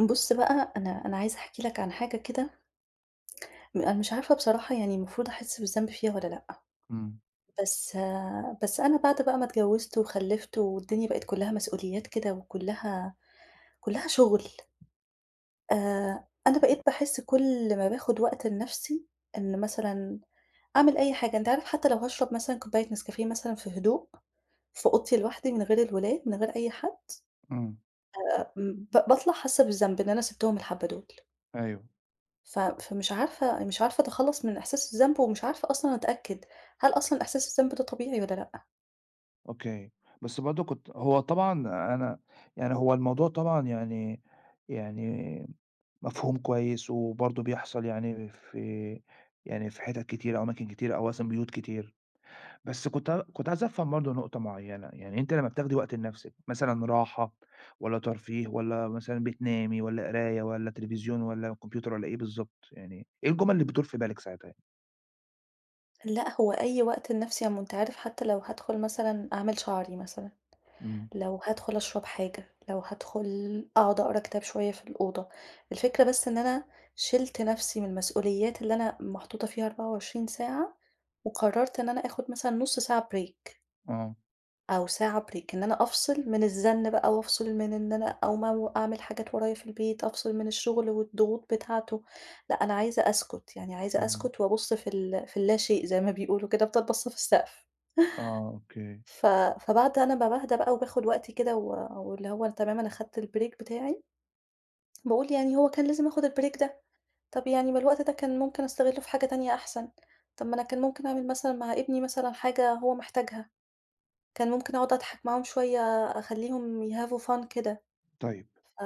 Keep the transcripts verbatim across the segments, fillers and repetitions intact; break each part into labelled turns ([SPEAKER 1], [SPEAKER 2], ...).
[SPEAKER 1] بُص بقى، أنا أنا عايزة أحكي لك عن حاجة كده. م أنا مش عارفة بصراحة يعني المفروض أحس بالذنب فيها والّا لأ،
[SPEAKER 2] إمم،
[SPEAKER 1] بس بس أنا بعد بقى ما اتجوزت وخلّفت والدنيا بقت كلّها مسؤوليات كده وكلّها كلّها شغل. آآ أنا بقيت باحس كل ما باخد وقت لنفسي إن مثلًا أعمل أي حاجة. أنت عارف حتى لو هاشرب مثلًا كوباية نسكافيه مثلًا في هدوء في أوضتي لوحدي من غير الولاد، من غير أي حد،
[SPEAKER 2] إمم،
[SPEAKER 1] م ب باطلع حاسة بالذنب إن أنا سِبتهم الحبّة دول.
[SPEAKER 2] أيوه،
[SPEAKER 1] ف فمش عارفة مش عارفة أتخلّص من إحساس الذنب ومش عارفة أصلًا أتأكد، هل أصلًا إحساس الذنب ده طبيعي والّا لأ؟
[SPEAKER 2] أوكي، بس برضه كنت هو طبعًا أنا يعني هو الموضوع طبعًا يعني يعني مفهوم كويس، وبرضه بيحصل يعني في يعني في حِتت كتيرة، أماكن كتيرة، أو أصلًا بيوت كتير، بس كنت ع كنت عايز أفهم برضه نقطة معيّنة، يعني أنتِ لمّا بتاخدي وقت لنفسِك مثلًا راحة والّا ترفيه والّا مثلًا بتنامي والّا قراية والّا تلفزيون والّا كمبيوتر والّا إيه بالضبط؟ يعني إيه الجُمل اللي بتدور في بالِك ساعتها؟ يعني؟
[SPEAKER 1] لأ، هو أي وقت لنَفْسي عمومًا أنت عارف حتى لو هادخل مثلًا أعمل شعري مثلًا،
[SPEAKER 2] إمم،
[SPEAKER 1] لو هادخل أشرب حاجة، لو هادخل أقعد أقرا كتاب شوية في الأوضة. الفكرة بس إن أنا شِلت نَفْسي من المسؤوليات اللي أنا محطوطة فيها أربعة وعشرين ساعة، وقررت إن أنا آخُد مثلًا نُص ساعة break،
[SPEAKER 2] آه،
[SPEAKER 1] أو ساعة break، إن أنا أفصل من الزن بقى وأفصل من إن أنا أقوم أو ما أعمل حاجات ورايا في البيت، أفصل من الشغل والضغوط بتاعته. لأ أنا عايزة أسكت، يعني عايزة
[SPEAKER 2] إمم،
[SPEAKER 1] أسكت وأبُص في ال في اللاشيء زي ما بيقولوا كده، أفضل باصة في السقف.
[SPEAKER 2] آه، أوكي،
[SPEAKER 1] ف فبعد أنا ما باهدى بقى وباخد وقتي كده و واللي هو تمام أنا خدت الbreak بتاعي، باقول يعني هو كان لازم آخد الbreak ده، طب يعني ما الوقت ده كان ممكن أستغله في حاجة تانية أحسن، طب ما أنا كان ممكن أعمل مثلًا مع ابني مثلًا حاجة هو محتاجها. كان ممكن أقعد أضحك معاهم شوية، أخلّيهم يhave fun كده.
[SPEAKER 2] طيب.
[SPEAKER 1] ف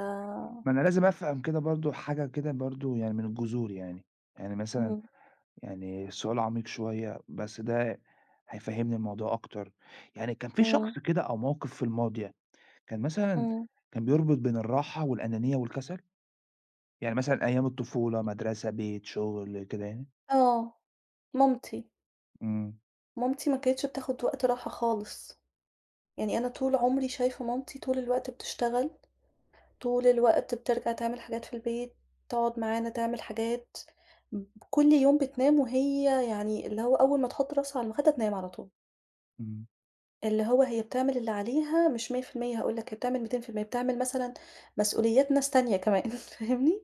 [SPEAKER 2] ما أنا لازم أفهم كده برضه حاجة كده برضه يعني من الجذور يعني، يعني مثلًا
[SPEAKER 1] إمم،
[SPEAKER 2] يعني سؤال عميق شوية بس ده هيفهّمني الموضوع أكتر، يعني كان في
[SPEAKER 1] إمم،
[SPEAKER 2] شخص كده أو موقف في الماضي كان مثلًا
[SPEAKER 1] إمم،
[SPEAKER 2] كان بيربط بين الراحة والأنانية والكسل؟ يعني مثلًا أيام الطفولة، مدرسة، بيت، شغل، كده يعني؟
[SPEAKER 1] آه، مامتي.
[SPEAKER 2] إمم،
[SPEAKER 1] مامتي ما كانتش بتاخد وقت راحة خالص. يعني أنا طول عمري شايفة مامتي طول الوقت بتشتغل، طول الوقت بترجع تعمل حاجات في البيت، تقعد معانا تعمل حاجات. ب كل يوم بتنام وهي يعني اللي هو أول ما تحط راسها على المخدة تنام على طول.
[SPEAKER 2] إمم،
[SPEAKER 1] اللي هو هي بتعمل اللي عليها مش مية في المية هاقول لك، هي بتعمل ميتين في المية، بتعمل مثلًا مسؤوليات ناس تانية كمان، فاهمني؟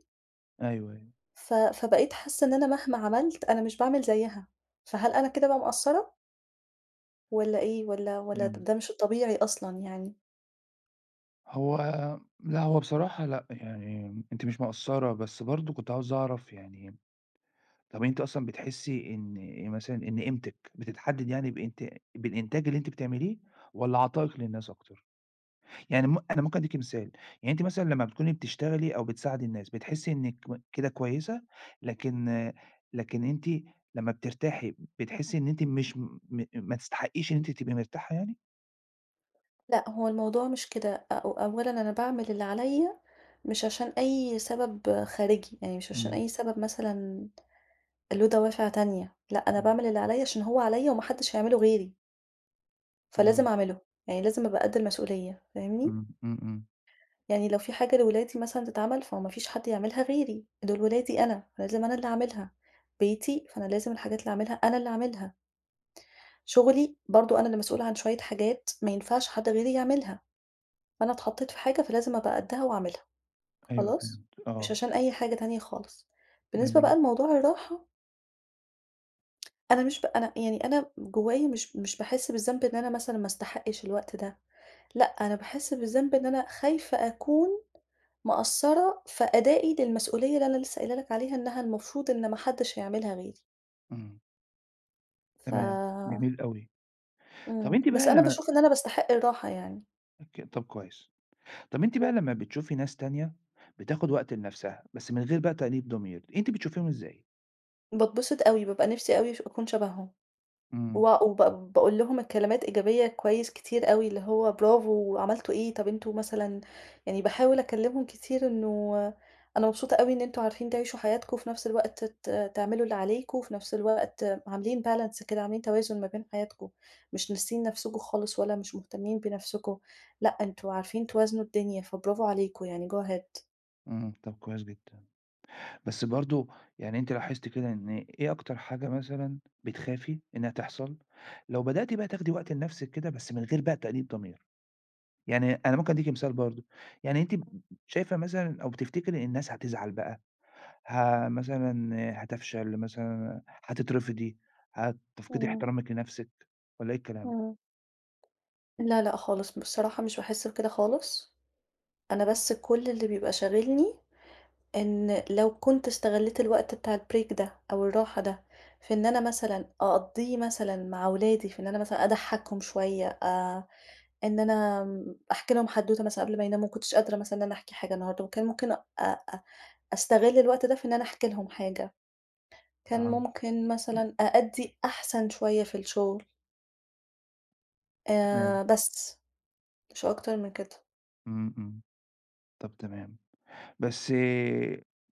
[SPEAKER 2] أيوه، أيوه،
[SPEAKER 1] ف فبقيت حاسة إن أنا مهما عملت أنا مش باعمل زيّها، فهل أنا كده بقى مقصّرة والّا إيه، والّا والّا د ده
[SPEAKER 2] فهمت.
[SPEAKER 1] مش الطبيعي أصلًا يعني؟
[SPEAKER 2] هو لأ، هو بصراحة لأ، يعني أنتِ مش مقصّرة، بس برضه كنت عاوز أعرف يعني طب أنتِ أصلًا بتحسّي إن إيه مثلًا إن قيمتِك بتتحدد يعني بإنت بالإنتاج اللي أنتِ بتعمليه والّا عطائِك للناس أكتر؟ يعني م أنا ممكن أدّيكِ مثال، يعني أنتِ مثلًا لمّا بتكوني بتشتغلي أو بتساعدي الناس بتحسّي إنِّك كده كويسة، لكن لكن أنتِ لمّا بترتاحي بتحسّي إن أنتِ مش م م- ما تستحقيش إن أنتِ تبقي مرتاحة يعني؟
[SPEAKER 1] لأ، هو الموضوع مش كده. أو أولًا أنا باعمل اللي عليّا مش عشان أي سبب خارجي، يعني مش عشان
[SPEAKER 2] إمم،
[SPEAKER 1] أي سبب مثلًا له دوافع تانية. لأ، أنا
[SPEAKER 2] إمم.
[SPEAKER 1] باعمل اللي عليّا عشان هو عليّا وما حدش هيعمله غيري، فلازم
[SPEAKER 2] إمم،
[SPEAKER 1] أعمله. يعني لازم أبقى قد المسؤولية، فاهمني؟
[SPEAKER 2] إمم، إمم، إمم،
[SPEAKER 1] يعني لو في حاجة لولادي مثلًا تتعمل، فهو ما فيش حد يعملها غيري، دول ولادي أنا، فلازم أنا اللي أعملها. بيتي، فأنا لازم الحاجات اللي أعملها أنا اللي أعملها. شغلي، برضه أنا اللي مسؤولة عن شوية حاجات ما ينفعش حد غيري يعملها، فأنا اتحطيت في حاجة فلازم أبقى قدّها وأعملها،
[SPEAKER 2] أيوه
[SPEAKER 1] خلاص؟
[SPEAKER 2] فهمت،
[SPEAKER 1] مش
[SPEAKER 2] آه،
[SPEAKER 1] عشان أي حاجة تانية خالص. بالنسبة
[SPEAKER 2] جميل،
[SPEAKER 1] بقى لموضوع الراحة، أنا مش ب أنا يعني أنا جوايا مش مش باحس بالذنب إن أنا مثلًا ما استحقش الوقت ده. لأ، أنا باحس بالذنب إن أنا خايفة أكون مقصّرة في أدائي للمسؤولية اللي أنا لسه قايله لك عليها إنها المفروض إن ما حدّش هيعملها غيري.
[SPEAKER 2] إمم، تمام،
[SPEAKER 1] ف
[SPEAKER 2] جميل أوي. طب
[SPEAKER 1] إمم،
[SPEAKER 2] أنتِ
[SPEAKER 1] بس
[SPEAKER 2] بقى
[SPEAKER 1] أنا
[SPEAKER 2] لمّا
[SPEAKER 1] باشوف إن أنا باستحق الراحة يعني.
[SPEAKER 2] ك طب كويس. طب أنتِ بقى لمّا بتشوفي ناس تانية بتاخد وقت لنفسها، بس من غير بقى تأنيب ضمير، أنتِ بتشوفيهم إزاي؟
[SPEAKER 1] باتبسط أوي، بابقى نِفْسي أوي ش أكون شبههم.
[SPEAKER 2] إمم،
[SPEAKER 1] و وب باقول لهم كلمات إيجابية كويس كتير أوي، اللي هو برافو، عملتوا إيه، طب أنتم مثلًا يعني باحاول أكلمهم كتير إنه أنا مبسوطة أوي إن أنتم عارفين تعيشوا حياتكم، وفي نفس الوقت ت تعملوا اللي عليكم، وفي نفس الوقت عاملين balance كده، عاملين توازن ما بين حياتكم، مش ناسيين نفسكم خالص ولا مش مهتمين بنفسكم. لأ أنتم عارفين توازنوا الدنيا، فبرافو عليكم يعني go ahead.
[SPEAKER 2] إمم، طب كويس جدًا. بس برضه يعني أنتِ لاحظتِ كده إن إيه أكتر حاجة مثلًا بتخافي إنها تحصل لو بدأتِ بقى تاخدي وقت لنفسِك كده بس من غير بقى تأنيب ضمير؟ يعني أنا ممكن أديكِ مثال برضه، يعني أنتِ ب شايفة مثلًا أو بتفتكري ان الناس هتزعل بقى، ها مثلًا هتفشل مثلًا، هتترفضي، هتفقدي
[SPEAKER 1] إمم،
[SPEAKER 2] احترامِك لنفسِك والّا إيه الكلام؟
[SPEAKER 1] إمم. لا، لأ خالص، بصراحة مش باحس بكده خالص. أنا بس كل اللي بيبقى شاغلني إن لو كنت استغلّيت الوقت بتاع الbreak ده أو الراحة ده في إن أنا مثلًا أقضّيه مثلًا مع ولادي، في إن أنا مثلًا أضحّكهم شوية، آآ إن أنا آمم أحكي لهم حدوتة مثلًا قبل ما يناموا، ما كنتش قادرة مثلًا إن أنا أحكي حاجة النهارده، وكان ممكن أ أ أستغل الوقت ده في إن أنا أحكي لهم حاجة، كان
[SPEAKER 2] آه،
[SPEAKER 1] ممكن مثلًا أأدّي أحسن شوية في الشغل،
[SPEAKER 2] تمام.
[SPEAKER 1] آآ بس مش أكتر من كده.
[SPEAKER 2] إمم، إمم. طب تمام. بس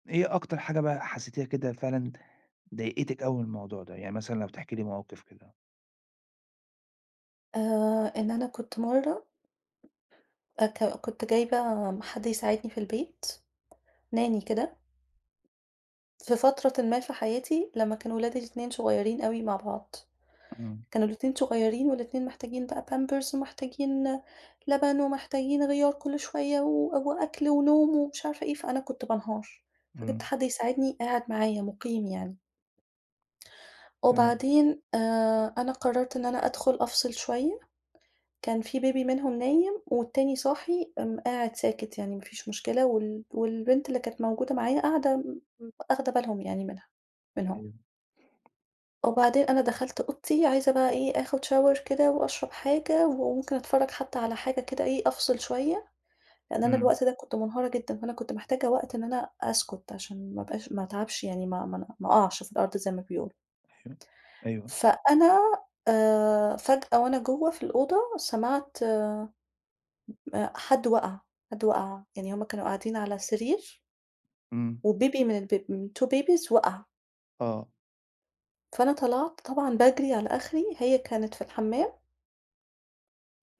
[SPEAKER 2] إيه أكتر حاجة بقى حسيتيها كده فعلًا ضايقتِك أوي من الموضوع ده؟ يعني مثلًا لو تحكي لي مواقف كده.
[SPEAKER 1] آآ إن أنا كنت مرّة أك كنت جايبة حد يساعدني في البيت، ناني كده في فترةٍ ما في حياتي لمّا كانوا ولادي الاتنين صغيرين أوي مع بعض.
[SPEAKER 2] إمم،
[SPEAKER 1] كانوا الاتنين صغيرين والاتنين محتاجين بقى pampers ومحتاجين لبن ومحتاجين غيار كل شوية و وأكل ونوم ومش عارفة إيه، فأنا كنت بانهار، فجِبت
[SPEAKER 2] إمم.
[SPEAKER 1] حد يساعدني قاعد معايا مُقيم يعني.
[SPEAKER 2] تمام.
[SPEAKER 1] وبعدين آآ، أنا قررت إن أنا أدخل أفصل شوية. كان في baby منهم نايم والتاني صاحي آمم، قاعد ساكت يعني ما فيش مشكلة وال والبنت اللي كانت موجودة معايا قاعدة م م آخدة بالهم يعني منها منهم.
[SPEAKER 2] أيوه.
[SPEAKER 1] وبعدين أنا دخلت أوضتي عايزة بقى إيه، آخد shower كده وأشرب حاجة وممكن أتفرّج حتى على حاجة كده إيه، أفصل شوية، لإن أنا
[SPEAKER 2] إمم.
[SPEAKER 1] الوقت ده كنت منهارة جدًا، فأنا كنت محتاجة وقت إن أنا أسكُت عشان ما ابقاش ما اتعبش يعني ما ما أنا ما أقعش في الأرض زي ما بيقولوا.
[SPEAKER 2] أيوه. أيوه.
[SPEAKER 1] فأنا آآ فجأة وأنا جوّه في الأوضة سمعت آآ حد وَقَع، حد وَقَع، يعني هم كانوا قاعدين على السرير
[SPEAKER 2] إمم.
[SPEAKER 1] وbaby من الب من اتنين babies وَقَع.
[SPEAKER 2] آه.
[SPEAKER 1] فأنا طلعت طبعًا باجري على آخري، هي كانت في الحمّام،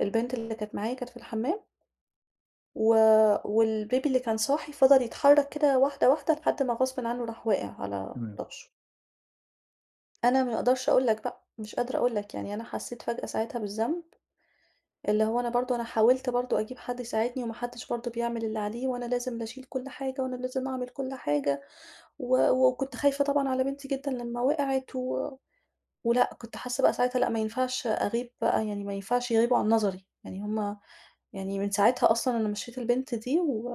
[SPEAKER 1] البنت اللي كانت معايا كانت في الحمّام و والبيبي اللي كان صاحي فضل يتحرك كده واحدة واحدة لحد ما غصبٍ عنه راح واقع على
[SPEAKER 2] تمام.
[SPEAKER 1] راسه. أنا ما أقدرش أقول لك بقى، مش قادرة أقول لك، يعني أنا حسيت فجأة ساعتها بالذنب، اللي هو أنا برضه أنا حاولت برضه أجيب حد يساعدني وما حدش برضه بيعمل اللي عليه، وأنا لازم اللي أشيل كل حاجة وأنا لازم أعمل كل حاجة. و وكنت خايفة طبعًا على بنتي جدًا لمّا وقعت و ولأ، كنت حاسة بقى ساعتها لأ، ما ينفعش أغيب بقى، يعني ما ينفعش يغيبوا عن نظري، يعني هُم يعني من ساعتها أصلًا أنا مشيت البنت دي و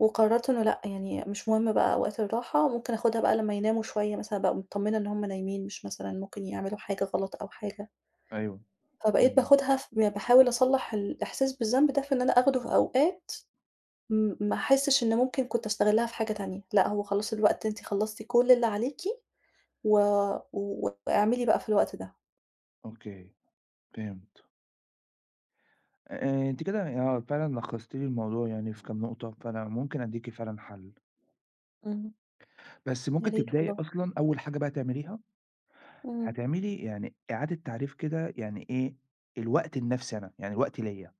[SPEAKER 1] وقررت إنه لأ، يعني مش مهم بقى أوقات الراحة، ممكن آخُدها بقى لمّا يناموا شوية مثلًا أبقى متطمنة إن هُم نايمين، مش مثلًا ممكن يعملوا حاجة غلط أو حاجة.
[SPEAKER 2] أيوه.
[SPEAKER 1] فبقيت
[SPEAKER 2] تمام.
[SPEAKER 1] باخُدها ف يعني باحاول أصلّح الإحساس بالذنب ده في إن أنا آخده في أوقات م ما أحسّش إن ممكن كنت أستغلها في حاجة تانية، لأ هو خلاص الوقت أنتِ خلّصتِ كل اللي عليكِ و و- واعملي بقى في الوقت ده.
[SPEAKER 2] أوكي. فهمت. آآ أنتِ كده آه، فعلًا لخّصتِ لي الموضوع يعني في كام نقطة، فأنا ممكن أدّيكِ فعلًا حَل.
[SPEAKER 1] إمم،
[SPEAKER 2] بس
[SPEAKER 1] يا
[SPEAKER 2] ممكن
[SPEAKER 1] ريت
[SPEAKER 2] تبدئي
[SPEAKER 1] والله.
[SPEAKER 2] أصلًا أول حاجة بقى تعمليها،
[SPEAKER 1] إمم،
[SPEAKER 2] هتعملي يعني إعادة تعريف كده يعني إيه الوقت لنَفْسي أنا، يعني الوقت ليّا.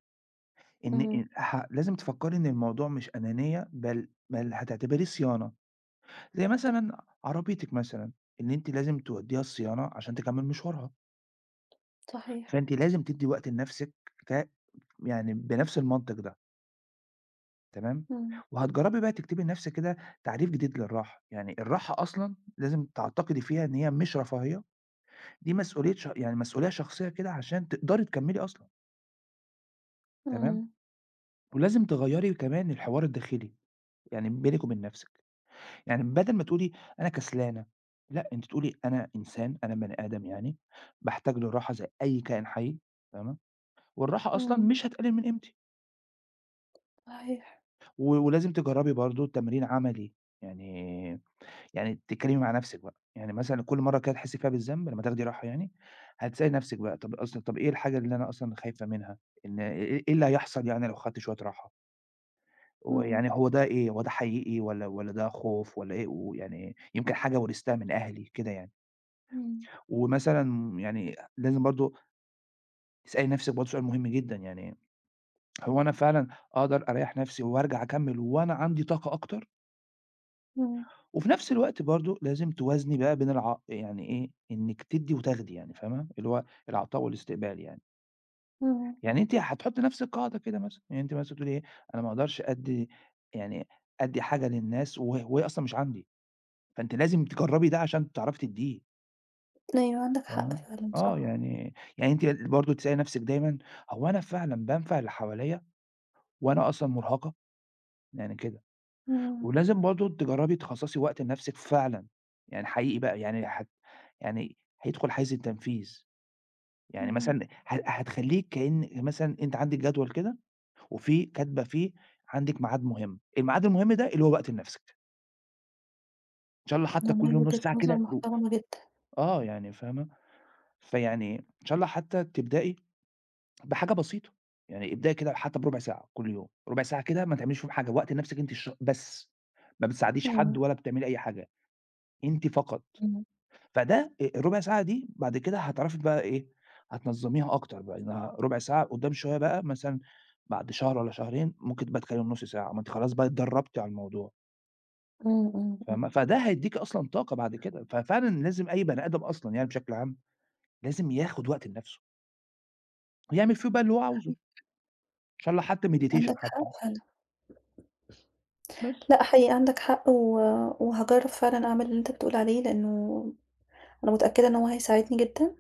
[SPEAKER 2] إن
[SPEAKER 1] إمم،
[SPEAKER 2] إن ح لازم تفكّري إن الموضوع مش أنانية بل بل هتعتبريه صيانة، زي مثلًا عربيتِك مثلًا، إن أنتِ لازم تودّيها الصيانة عشان تكمّل مشوارها،
[SPEAKER 1] صحيح.
[SPEAKER 2] فأنتِ لازم تدّي وقت لنَفْسِك ك يعني بنَفْس المنطق ده تمام،
[SPEAKER 1] إمم،
[SPEAKER 2] وهتجرّبي بقى تكتبي لنَفْسِك كده تعريف جديد للراحة، يعني الراحة أصلًا لازم تعتقدي فيها إن هي مش رفاهية، دي مسؤولية ش يعني مسؤولية شخصية كده عشان تقدري تكمّلي أصلًا تمام،
[SPEAKER 1] إمم،
[SPEAKER 2] ولازم تغيّري كمان الحوار الداخلي، يعني بينِك وبين نَفْسِك. يعني بدل ما تقولي أنا كسلانة، لأ أنتِ تقولي أنا إنسان، أنا بني آدم يعني، باحتاج للراحة زي أي كائن حي، فاهمة، والراحة أصلًا
[SPEAKER 1] إمم،
[SPEAKER 2] مش هتقلل من قيمتي،
[SPEAKER 1] صحيح.
[SPEAKER 2] و ولازم تجرّبي برضه تمرين عملي، يعني يعني تتكلمي مع نفسِك بقى، يعني مثلًا كل مرة كده تحسي فيها بالذنب لمّا تاخدي راحة يعني، هتسألي نفسِك بقى طب أصلًا طب إيه الحاجة اللي أنا أصلًا خايفة منها؟ إن إيه إيه إيه اللي هيحصل يعني لو خدت شوية راحة؟
[SPEAKER 1] إمم،
[SPEAKER 2] ويعني هو ده إيه، هو ده حقيقي والّا والّا ده خوف والّا إيه؟ ويعني يمكن حاجة ورثتها من أهلي كده يعني.
[SPEAKER 1] إمم،
[SPEAKER 2] ومثلًا يعني لازم برضه تسألي نفسِك برضه سؤال مهم جدًا، يعني هو أنا فعلًا أقدر أريّح نفسي وأرجع أكمّل وأنا عندي طاقة أكتر؟
[SPEAKER 1] إمم،
[SPEAKER 2] وفي نفس الوقت برضه لازم توازني بقى بين الع يعني إيه، إنِّك تدّي وتاخدي يعني فاهمة، اللي هو العطاء والاستقبال يعني.
[SPEAKER 1] إمم.
[SPEAKER 2] يعني أنتِ هتحطّي لنفسِك قاعدة كده مثلًا، يعني أنتِ مثلًا تقولي إيه، أنا ما أقدرش أدّي يعني أدّي حاجة للناس وه وهي أصلًا مش عندي، فأنتِ لازم تجرّبي ده عشان تعرفي تدّيه.
[SPEAKER 1] أيوه عندك حق
[SPEAKER 2] تمام،
[SPEAKER 1] فعلًا
[SPEAKER 2] آه،
[SPEAKER 1] صح،
[SPEAKER 2] يعني يعني أنتِ برضه تسألي نفسِك دايمًا هو أنا فعلًا بانفع اللي حواليّا وأنا أصلًا مرهقة؟ يعني كده،
[SPEAKER 1] إمم،
[SPEAKER 2] ولازم برضه تجربي تخصصي وقت لنفسِك فعلًا، يعني حقيقي بقى يعني هت يعني هيدخل حيز التنفيذ، يعني
[SPEAKER 1] إمم،
[SPEAKER 2] مثلًا هت هتخلّيك كأن مثلًا أنتِ عندِك جدول كده وفي كاتبة فيه عندِك ميعاد مهم، الميعاد المهم ده اللي هو وقت لنفسِك، إن شاء الله حتى كل
[SPEAKER 1] والله
[SPEAKER 2] يوم نُص
[SPEAKER 1] وجهة
[SPEAKER 2] ساعة
[SPEAKER 1] نظر
[SPEAKER 2] كده ت
[SPEAKER 1] محترمة جدًا،
[SPEAKER 2] آه، يعني فاهمة؟ فيعني إن شاء الله حتى تبدئي بحاجة بسيطة، يعني ابدئي كده حتى بربع ساعة كل يوم، ربع ساعة كده ما تعمليش فيهم حاجة، وقت لنفسِك أنتِ الش بس، ما بتساعديش حد
[SPEAKER 1] إمم،
[SPEAKER 2] ولا بتعملي أي حاجة، أنتِ فقط،
[SPEAKER 1] إمم،
[SPEAKER 2] فده آآ الربع ساعة دي بعد كده هتعرفي بقى إيه، هتنظّميها أكتر بقى، إنها ربع ساعة قدّام شوية بقى مثلًا بعد شهر والّا شهرين ممكن تبقى تكلم نُص ساعة، ما أنتِ خلاص بقى اتدرّبتِ على الموضوع،
[SPEAKER 1] إمم، إمم، إمم،
[SPEAKER 2] فاهمة، فده هيدّيكِ أصلًا طاقة بعد كده، ففعلًا لازم أي بني آدم أصلًا يعني بشكل عام، لازم ياخد وقت لنفسه، يعمل فيه بقى اللي هو عاوزه،
[SPEAKER 1] صحيح
[SPEAKER 2] إن شاء الله حتى
[SPEAKER 1] عندك
[SPEAKER 2] meditation
[SPEAKER 1] حق
[SPEAKER 2] حتى،
[SPEAKER 1] فعلًا.
[SPEAKER 2] بس.
[SPEAKER 1] لأ حقيقي عندك حق و وهاجرّب فعلًا أعمل اللي أنت بتقول عليه لأنه أنا متأكدة إن هو هيساعدني جدًا.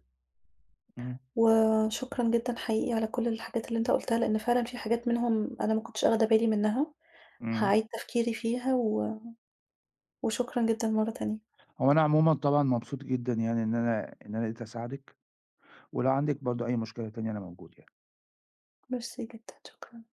[SPEAKER 2] إمم.
[SPEAKER 1] وشكرًا جدًا حقيقي على كل الحاجات اللي أنت قُلتها لأن فعلًا في حاجات منهم أنا ما كنتش آخدة بالي منها.
[SPEAKER 2] إمم.
[SPEAKER 1] هاعيد تفكيري فيها و وشكرًا جدًا مرّة تانية.
[SPEAKER 2] هو أنا عمومًا طبعًا مبسوط جدًا يعني إن أنا إن أنا قدرت أساعدِك، ولو عندِك برضه أي مشكلة تانية أنا موجود يعني.
[SPEAKER 1] ميرسي جدًا، شكرًا.